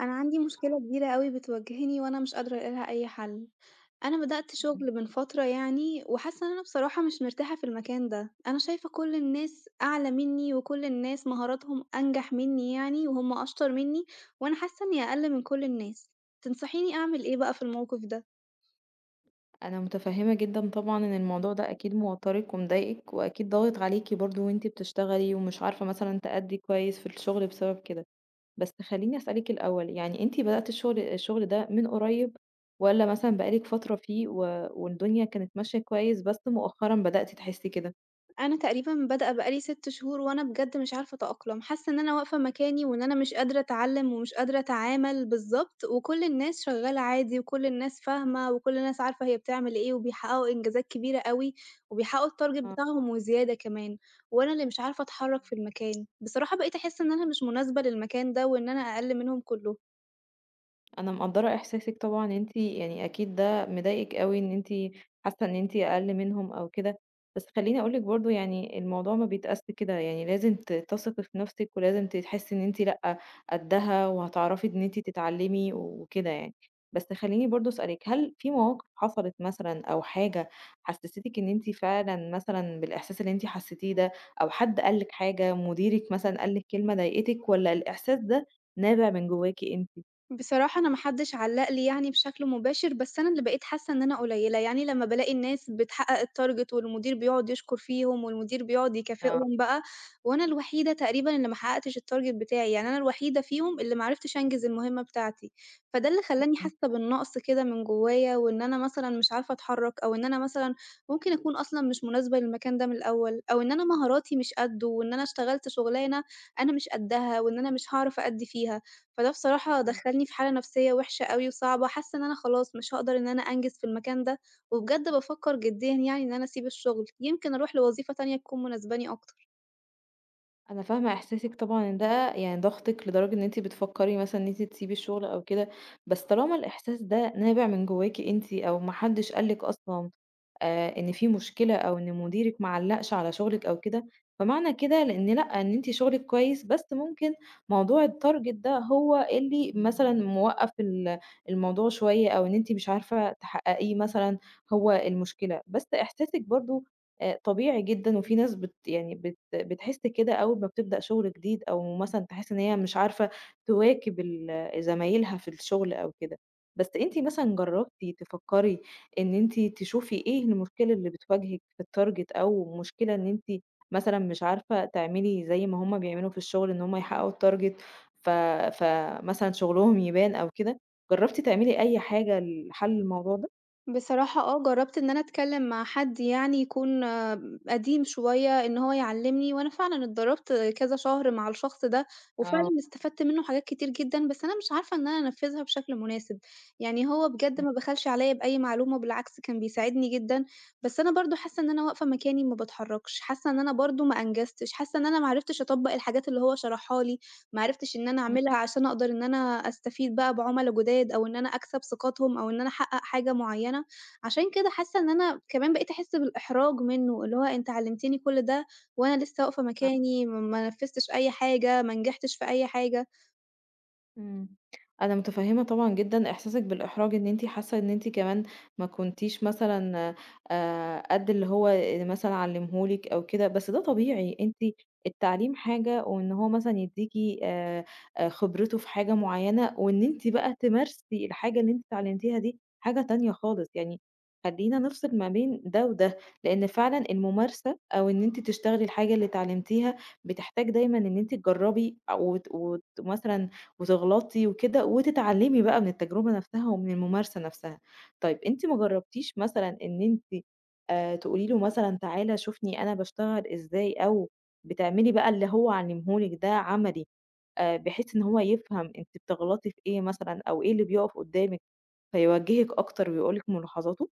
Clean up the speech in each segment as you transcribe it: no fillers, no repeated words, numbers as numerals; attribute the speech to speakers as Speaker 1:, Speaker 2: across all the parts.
Speaker 1: أنا عندي مشكلة كبيرة أوي بتواجهني وأنا مش قادرة ألاقي لها أي حل، أنا بدأت
Speaker 2: إمم.
Speaker 1: شغل من فترة يعني وحاسة إن أنا بصراحة مش مرتاحة في المكان ده، أنا شايفة كل الناس أعلى مني وكل الناس مهاراتهم أنجح مني يعني وهم أشطر مني وأنا حاسة إني أقل من كل الناس، تنصحيني أعمل إيه بقى في الموقف ده؟
Speaker 2: أنا متفهّمة جدًا طبعًا إن الموضوع ده أكيد موتّرِك ومضايقِك، وأكيد ضاغط عليكِ برضه وأنتِ بتشتغلي، ومش عارفة مثلًا تأدّي كويس في الشغل بسبب كده. بس خلّيني أسألِك الأول، يعني أنتِ بدأتِ الشغل ده من قريب، والّا مثلًا بقى لِك فترة فيه والدنيا كانت ماشية كويس بس مؤخرًا بدأتِ تحسّي كده؟
Speaker 1: أنا تقريبًا بادئة بقى لي 6 شهور وأنا بجد مش عارفة أتأقلم، حاسة إن أنا واقفة مكاني وإن أنا مش قادرة أتعلم ومش قادرة أتعامل بالضبط، وكل الناس شغالة عادي وكل الناس فاهمة وكل الناس عارفة هي بتعمل إيه وبيحققوا إنجازات كبيرة أوي وبيحققوا الtarget
Speaker 2: آه.
Speaker 1: بتاعهم وزيادة كمان، وأنا اللي مش عارفة أتحرك في المكان. بصراحة بقيت أحس إن أنا مش مناسبة للمكان ده وإن أنا أقل منهم كلهم.
Speaker 2: انا مقدره احساسك طبعا انت يعني اكيد ده مضايقك قوي ان انت حاسه ان انت اقل منهم او كده. بس خليني اقولك برضو يعني الموضوع ما بيتقاس كده، يعني لازم تثقي في نفسك ولازم تحسي ان انت لا قدها وهتعرفي ان انت تتعلمي وكده يعني. بس خليني برضو اسالك، هل في مواقف حصلت مثلا او حاجه حسستك ان انت فعلا مثلا بالاحساس اللي انت حسيتيه ده، او حد قالك حاجه مديرك مثلا قالك كلمه ضايقتك ولا الاحساس ده نابع من جواكي انت؟
Speaker 1: بصراحة أنا ما حدش علّق لي يعني بشكل مباشر، بس أنا اللي بقيت حاسة إن أنا قليّلة، يعني لمّا بالاقي الناس بتحقق الtarget والمدير بيقعد يشكر فيهم والمدير بيقعد يكافئهم بقى، وأنا الوحيدة تقريبًا اللي ما حققتش الtarget بتاعي، يعني أنا الوحيدة فيهم اللي ما عرفتش أنجز المهمة بتاعتي، فده اللي خلّاني
Speaker 2: إمم.
Speaker 1: حاسة بالنقص كده من جوايا، وإن أنا مثلًا مش عارفة أتحرّك، أو إن أنا مثلًا ممكن أكون أصلًا مش مناسبة للمكان ده من الأول، أو إن أنا مهاراتي مش قدُّه، وإن أنا اشتغلت شُغلانة أنا مش قدّها، وإن أنا مش هاعرف أأدّي فيها. فده بصراحة
Speaker 2: إمم.
Speaker 1: دخّلني في حالة نفسية وِحشة أوي وصعبة، حاسة إن أنا خلاص مش هاقدر إن أنا أنجز في المكان ده، وبجد بافكّر جديًا يعني إن أنا أسيب الشغل، يمكن أروح لوظيفة تانية تكون مناسباني أكتر.
Speaker 2: أنا فاهمة إحساسِك طبعًا إن ده يعني ضاغطِك لدرجة إن أنتِ بتفكّري مثلًا إن أنتِ تسيبي الشغل أو كده، بس طالما الإحساس ده نابع من جواكِ أنتِ أو ما حدش قال لِك أصلًا إن في مشكلة أو إن مديرِك ما علّقش على شغلِك أو كده، فمعنى كده لإن لأ، إن أنتِ شغلِك كويس، بس ممكن موضوع الtarget ده هو اللي مثلًا موقّف الموضوع شوية أو إن أنتِ مش عارفة تحققيه مثلًا هو المشكلة، بس إحساسِك برضه طبيعي جدًا، وفي ناس بت يعني بت بتحس كده أول ما بتبدأ شغل جديد أو مثلًا تحس إن هي مش عارفة تواكب زمايلها في الشغل أو كده، بس أنتِ مثلًا جرّبتِ تفكّري إن أنتِ تشوفي إيه المشكلة اللي بتواجهِك في الtarget أو مشكلة إن أنتِ مثلًا مش عارفة تعملي زي ما هُم بيعملوا في الشغل، إن هُم يحققوا الtarget ف فمثلًا شغلهم يبان أو كده، جرّبتِ تعملي أي حاجة لحل الموضوع ده؟
Speaker 1: بصراحة جرّبت إن أنا أتكلّم مع حد يعني يكون قديم شوية إن هو يعلّمني، وأنا فعلًا اتدرّبت كذا شهر مع الشخص ده، وفعلًا
Speaker 2: آه.
Speaker 1: استفدت منّه حاجات كتير جدًا، بس أنا مش عارفة إن أنا أنفّذها بشكل مناسب، يعني هو بجد
Speaker 2: إمم.
Speaker 1: ما بخلش عليَّ بأي معلومة، بالعكس كان بيساعدني جدًا، بس أنا برضه حاسة إن أنا واقفة مكاني ما باتحرّكش، حاسة إن أنا برضه ما أنجزتش، حاسة إن أنا ما عرفتش أطبّق الحاجات اللي هو شرحها لي، ما عرفتش إن أنا
Speaker 2: إمم.
Speaker 1: أعملها عشان أقدر إن أنا أستفيد بقى بعُملا جُداد أو إن أنا أكسب ثقتهم أو إن أنا أحقق حاجة معيّنة، عشان كده حاسة إن أنا كمان بقيت أحس بالإحراج منّه، اللي هو أنت علّمتني كل ده وأنا لسه واقفة
Speaker 2: آه.
Speaker 1: مكاني، ما نفّذتش أي حاجة، ما نجحتش في أي حاجة.
Speaker 2: إمم. أنا متفهّمة طبعًا جدًا إحساسِك بالإحراج إن أنتِ حاسة إن أنتِ كمان ما كنتيش مثلًا قد اللي هو مثلًا علّمه لِك أو كده، بس ده طبيعي، أنتِ التعليم حاجة وإن هو مثلًا يدّيكِ آآ خبرته في حاجة معيّنة، وإن أنتِ بقى تمارسي الحاجة اللي أنتِ اتعلمتيها دي حاجة تانية خالص، يعني خلّينا نفصل ما بين ده وده، لإن فعلًا الممارسة أو إن أنتِ تشتغلي الحاجة اللي اتعلمتيها بتحتاج دايمًا إن أنتِ تجرّبي وت وت مثلًا وتغلطي وكده، وتتعلمي بقى من التجربة نفسها ومن الممارسة نفسها. طيب أنتِ ما جرّبتيش مثلًا إن أنتِ تقولي له مثلًا تعالَ شوفني أنا باشتغل إزاي، أو بتعملي بقى اللي هو علّمه لِك ده عملي، بحيث إن هو يفهم أنتِ بتغلطي في إيه مثلًا، أو إيه اللي بيُقف قدّامِك، فيوجهِك أكتر ويقول لِك ملاحظاته؟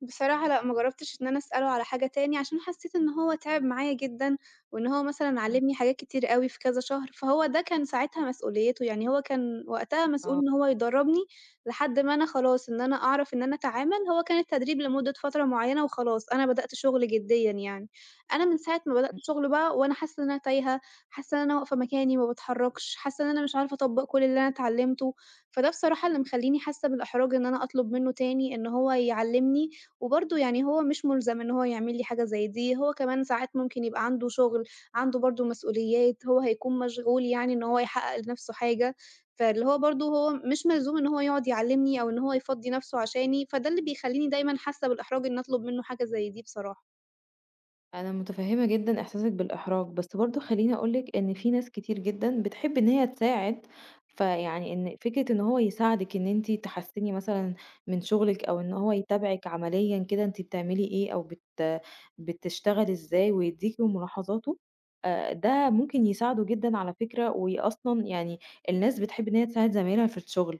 Speaker 1: بصراحة لأ، ما جرّبتش إن أنا أسأله على حاجة تاني، عشان حسّيت إن هو تعب معايا جدًا، وإن هو مثلًا
Speaker 2: إمم.
Speaker 1: علّمني حاجات كتير أوي في كذا شهر، فهو ده كان ساعتها مسؤوليته، يعني هو كان وقتها مسؤول
Speaker 2: آه.
Speaker 1: إن هو يدرّبني لحد ما أنا خلاص إن أنا أعرف إن أنا أتعامل، هو كان التدريب لمدة فترة معيّنة وخلاص، أنا بدأت شغل جديًا يعني. أنا من ساعة ما بدأت شغل بقى وأنا حاسّة إن أنا تايهة، حاسّة إن أنا واقفة مكاني ما باتحرّكش، حاسّة إن أنا مش عارفة أطبّق كل اللي أنا اتعلّمته، فده بصراحة اللي مخلّيني حاسّة بالإحراج إن أنا أطلب منّه تاني إن هو يعلّمني وبرضه يعني هو مش مُلزَم إن هو يعمل لي حاجة زي دي، هو كمان ساعات ممكن يبقى عنده شُغل، عنده برضه مسؤوليات، هو هيكون مشغول يعني إن هو يحقّق لنَفْسه حاجة، فاللي هو برضه هو مش ملزوم إن هو يقعد يعلّمني أو إن هو يفضّي نَفْسه عشاني، فده اللي بيخلّيني دايمًا حاسّة بالإحراج إنّي أطلب منّه حاجة زي دي بصراحة.
Speaker 2: أنا متفهمة جدًا إحساسِك بالإحراج، بس برضه خلّيني أقول لِك إن في ناس كتير جدًا بتحب إن هي تساعد، فيعني إن فكرة إن هو يساعدِك إن أنتِ تحسّني مثلًا من شغلِك أو إن هو يتابعِك عمليًا كده أنتِ بتعملي إيه أو بتشتغلي إزاي ويدّيكِ ملاحظاته، ده ممكن يساعده جدًا على فكرة، وأصلًا يعني الناس بتحب إن هي تساعد زمايلها في الشغل،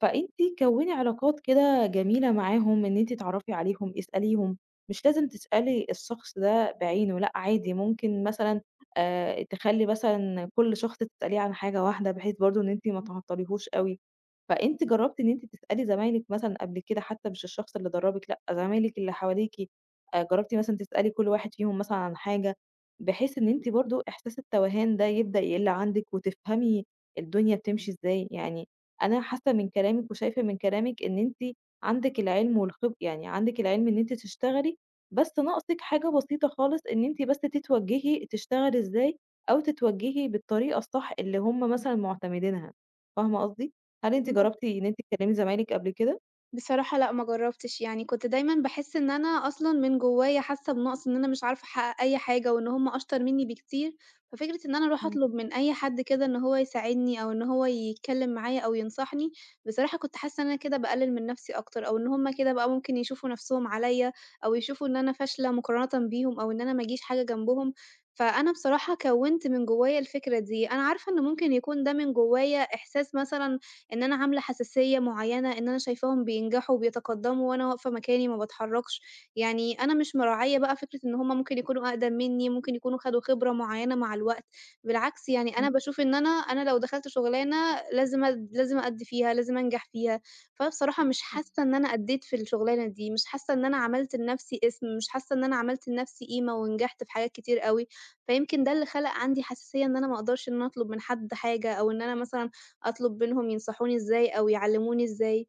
Speaker 2: فأنتِ كوّني علاقات كده جميلة معاهم إن أنتِ تعرفي عليهم، اسأليهم. مش لازم تسألي الشخص ده بعينه، لأ عادي ممكن مثلًا تخلّي مثلًا كل شخص تسأليه عن حاجة واحدة، بحيث برضه إن أنتِ ما تعطّليهوش أوي. فأنتِ جرّبتِ إن أنتِ تسألي زمايلِك مثلًا قبل كده حتى مش الشخص اللي درّبِك، لأ زمايلِك اللي حواليكِ، جرّبتِ مثلًا تسألي كل واحد فيهم مثلًا عن حاجة، بحيث إن أنتِ برضه إحساس التوهان ده يبدأ يقِل عندِك وتفهمي الدنيا بتمشي إزاي. يعني أنا حاسة من كلامِك وشايفة من كلامِك إن أنتِ عندِك العلم يعني عندِك العلم إن أنتِ تشتغلي، بس ناقصِك حاجة بسيطة خالص، إن أنتِ بس تتوجّهي تشتغلي إزاي، أو تتوجّهي بالطريقة الصح اللي هم مثلًا معتمدينها، فاهمة قصدي؟ هل أنتِ جرّبتِ إن أنتِ تكلّمي زمايلِك قبل كده؟
Speaker 1: بصراحة لأ، ما جرّبتش، يعني كنت دايمًا باحس إن أنا أصلًا من جوّايا حاسة بنقص، إن أنا مش عارفة أحقق أي حاجة وإن هُم أشطر منّي بكتير، ففكرة إن أنا أروح
Speaker 2: إمم.
Speaker 1: أطلب من أي حد كده إن هو يساعدني أو إن هو يتكلّم معايا أو ينصحني، بصراحة كنت حاسة إن أنا كده باقلل من نَفْسي أكتر أو إن هُم كده بقى ممكن يشوفوا نَفْسهم عليّا أو يشوفوا إن أنا فاشلة مقارنةً بيهم أو إن أنا ما اجيش حاجة جنبهم، فأنا بصراحة كوّنت من جوّايا الفكرة دي، أنا عارفة إن ممكن يكون ده من جوّايا إحساس مثلًا إن أنا عاملة حساسية معيّنة، إن أنا شايفاهم بينجحوا وبيتقدّموا وأنا واقفة مكاني ما باتحرّكش، يعني أنا مش مراعية بقى فكرة إن هُم ممكن يكونوا أقدم منّي، ممكن يكونوا خدوا خبرة معيّنة مع الوقت، بالعكس يعني
Speaker 2: إمم.
Speaker 1: أنا باشوف إن أنا لو دخلت شغلانة لازم أأدّي فيها، لازم أنجح فيها، فبصراحة مش
Speaker 2: إمم.
Speaker 1: حاسة إن أنا أدّيت في الشغلانة دي، مش حاسة إن أنا عملت لنَفْسي اسم، مش حاسة إن أنا عملت لنَفْسي قيمة ونجحت في حاجات كتير أوي، فيمكن ده اللي خَلَق عندي حساسية إن أنا ما أقدرش إن أنا أطلب من حد حاجة أو إن أنا مثلًا أطلب منهم ينصحوني إزاي أو يعلّموني إزاي؟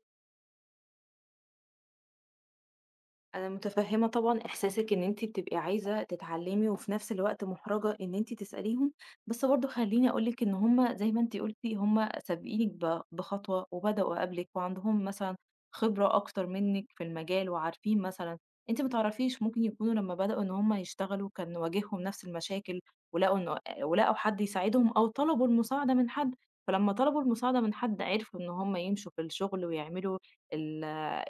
Speaker 2: أنا متفهمة طبعًا إحساسِك إن أنتِ بتبقي عايزة تتعلمي، وفي نفس الوقت محرجة إن أنتِ تسأليهم، بس برضه خلّيني أقول لِك إن هُم زي ما أنتِ قلتِ هُم سابقينِك بخطوة، وبدأوا قبلِك، وعندهم مثلًا خبرة أكتر منِك في المجال، وعارفين مثلًا أنتِ ما تعرفيش ممكن يكونوا لمّا بدأوا إن هُم يشتغلوا كان واجههم نفس المشاكل، ولقوا إنه ولقوا حد يساعدهم أو طلبوا المساعدة من حد، فلما طلبوا المساعدة من حد عرفوا إن هُم يمشوا في الشغل، ويعملوا ال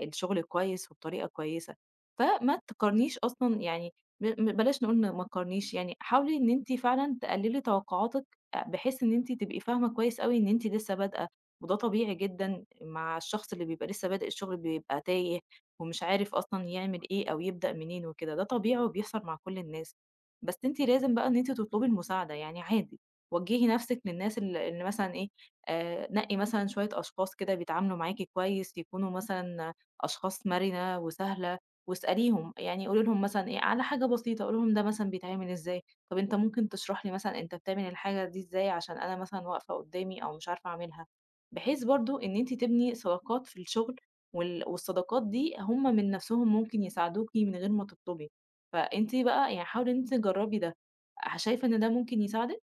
Speaker 2: الشغل كويس وبطريقة كويسة. فما تقارنيش أصلًا، يعني ب م بلاش نقول ن ما تقارنيش، يعني حاولي إن أنتِ فعلًا تقللي توقعاتِك بحيث إن أنتِ تبقي فاهمة كويس أوي إن أنتِ لسه بادئة، وده طبيعي جدًا مع الشخص اللي بيبقى لسه بادئ الشغل بيبقى تايه ومش عارف أصلًا يعمل إيه أو يبدأ منين وكده، ده طبيعي وبيحصل مع كل الناس. بس أنتِ لازم بقى إن أنتِ تطلبي المساعدة، يعني عادي، وجّهي نفسِك للناس اللي مثلًا إيه، نقي مثلًا شوية أشخاص كده بيتعاملوا معاكِ كويس، يكونوا مثلًا أشخاص مرنة وسهلة واسأليهم، يعني قولي لهم مثلًا إيه، على حاجة بسيطة، قولي لهم ده مثلًا بيتعمل إزاي، طب أنت ممكن تشرح لي مثلًا أنت بتعمل الحاجة دي إزاي عشان أنا مثلًا واقفة قدّامي أو مش عارفة أعملها، بحيث برضه إن أنتِ تبني صداقات في الشغل والصداقات دي هم من نفسهم ممكن يساعدوكِ من غير ما تطلبي، فأنتِ بقى يعني حاولي إن أنتِ تجرّبي ده، شايفة إن ده ممكن يساعدِك؟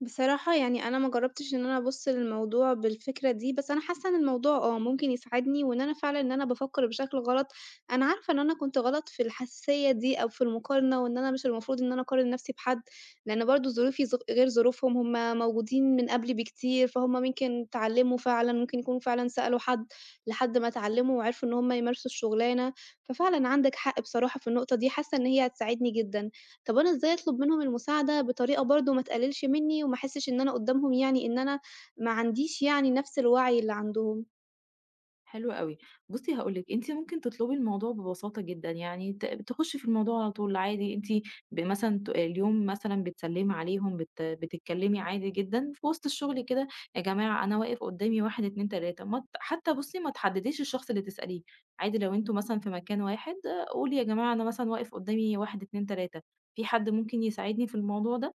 Speaker 1: بصراحة يعني أنا ما جرّبتش إن أنا أبُص للموضوع بالفكرة دي، بس أنا حاسة إن الموضوع ممكن يساعدني وإن أنا فعلًا إن أنا بافكّر بشكل غلط، أنا عارفة إن أنا كنت غلط في الحساسية دي أو في المقارنة وإن أنا مش المفروض إن أنا أقارن نَفْسي بحد، لإن برضه ظروفي غير ظروفهم، هم موجودين من قبلي بكتير، فهُم ممكن اتعلّموا فعلًا، ممكن يكونوا فعلًا سألوا حد لحد ما اتعلّموا وعرفوا إن هم يمارسوا الشُغلانة، ففعلًا عندك حق بصراحة في النقطة دي، حاسة إن هي هتساعدني جدًا. طب أنا إزاي أطلب منهم المساعدة بطريقة برضه ما تقلِّلش منّي وما أحسّش إن أنا قُدّامهم يعني إن أنا ما عنديش يعني نَفْس الوعي اللي عندهم؟
Speaker 2: حلو أوي. بُصّي هاقول لِك، أنتِ ممكن تطلبي الموضوع ببساطة جدًا، يعني تخُشّي في الموضوع على طول عادي، أنتِ مثلًا اليوم مثلًا بتسلّمي عليهم، بتتكلّمي عادي جدًا، في وسط الشغل كده، "يا جماعة أنا واقف قدّامي 1، 2، 3"، ما ت حتى بُصّي ما تحدّديش الشخص اللي تسأليه، عادي لو أنتم مثلًا في مكان واحد، آه، قولي "يا جماعة أنا مثلًا واقف قدّامي 1، 2، 3، في حد ممكن يساعدني في الموضوع ده؟".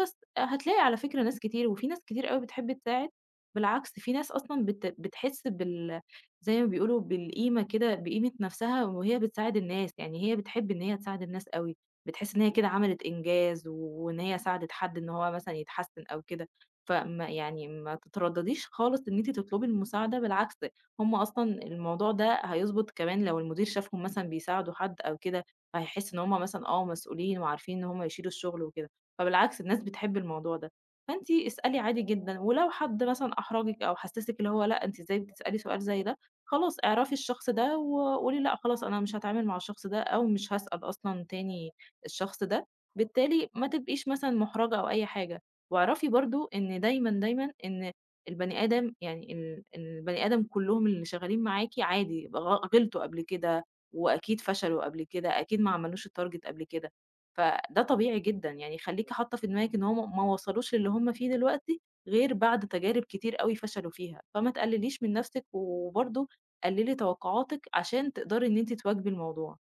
Speaker 2: بس. آه، هتلاقي على فكرة ناس كتير، وفي ناس كتير أوي بتحب تساعد، بالعكس في ناس أصلًا بتحس زي ما بيقولوا بالقيمة كده بقيمة نفسها وهي بتساعد الناس، يعني هي بتحب إن هي تساعد الناس أوي، بتحس إن هي كده عملت إنجاز، وإن هي ساعدت حد إن هو مثلًا يتحسّن أو كده، فما يعني ما تتردّديش خالص إن أنتِ تطلبي المساعدة، بالعكس، هُم أصلًا الموضوع ده هيضبط كمان لو المدير شافهم مثلًا بيساعدوا حد أو كده، فهيحس إن هُم مثلًا مسؤولين وعارفين إن هُم يشيلوا الشغل وكده، فبالعكس الناس بتحب الموضوع ده، فأنتِ اسألي عادي جدًا، ولو حد مثلًا أحرجِك أو حسّسِك اللي هو لأ أنتِ إزاي بتسألي سؤال زي ده؟ خلاص اعرفي الشخص ده وقولي لأ خلاص أنا مش هاتعامل مع الشخص ده أو مش هاسأل أصلًا تاني الشخص ده، بالتالي ما تبقيش مثلًا مُحرَجة أو أي حاجة، واعرفي برضه إن دايمًا، دايمًا إن البني آدم يعني البني آدم كُلّهم اللي شغالين معاكِ عادي غلطوا قبل كده، وأكيد فشلوا قبل كده، أكيد ما عملوش الtarget قبل كده، فده طبيعي جدًا، يعني خلّيكِ حاطة في دماغِك إن هُم ما وصلوش للي هُم فيه دلوقتي غير بعد تجارب كتير أوي فشلوا فيها، فما تقلليش من نَفْسِك وبرضه قللي توقعاتِك عشان تقدري إن أنتِ تواكبي الموضوع.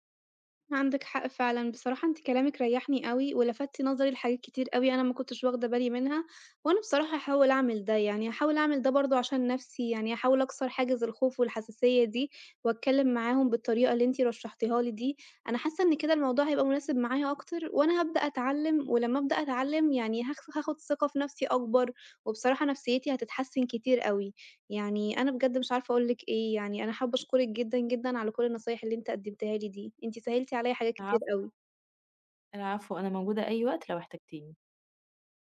Speaker 1: عندِك حق فعلًا، بصراحة أنتِ كلامِك ريّحني أوي، ولفتِ نظري لحاجات كتير أوي أنا ما كنتش واخدة بالي منها، وأنا بصراحة هاحاول أعمل ده، يعني هاحاول أعمل ده برضه عشان نَفْسي، يعني هاحاول أكسر حاجز الخوف والحساسية دي، وأتكلّم معاهم بالطريقة اللي أنتِ رشحتيها لي دي، أنا حاسة إن كده الموضوع هيبقى مناسب معايا أكتر، وأنا هابدأ أتعلّم، ولمّا أبدأ أتعلّم يعني هاخد ثقة في نَفْسي أكبر، وبصراحة نفسيتي هتتحسن كتير أوي. يعني أنا بجد مش عارفة أقول لِك إيه، يعني أنا حابة أشكرِك جدًا، جدًا على كل النصايح اللي أنتِ قدّمتيها لي دي، أنتِ سهّلتِ عليّا حاجات كتير
Speaker 2: العفو،
Speaker 1: أوي.
Speaker 2: العفو، أنا موجودة أي وقت لو احتجتيني.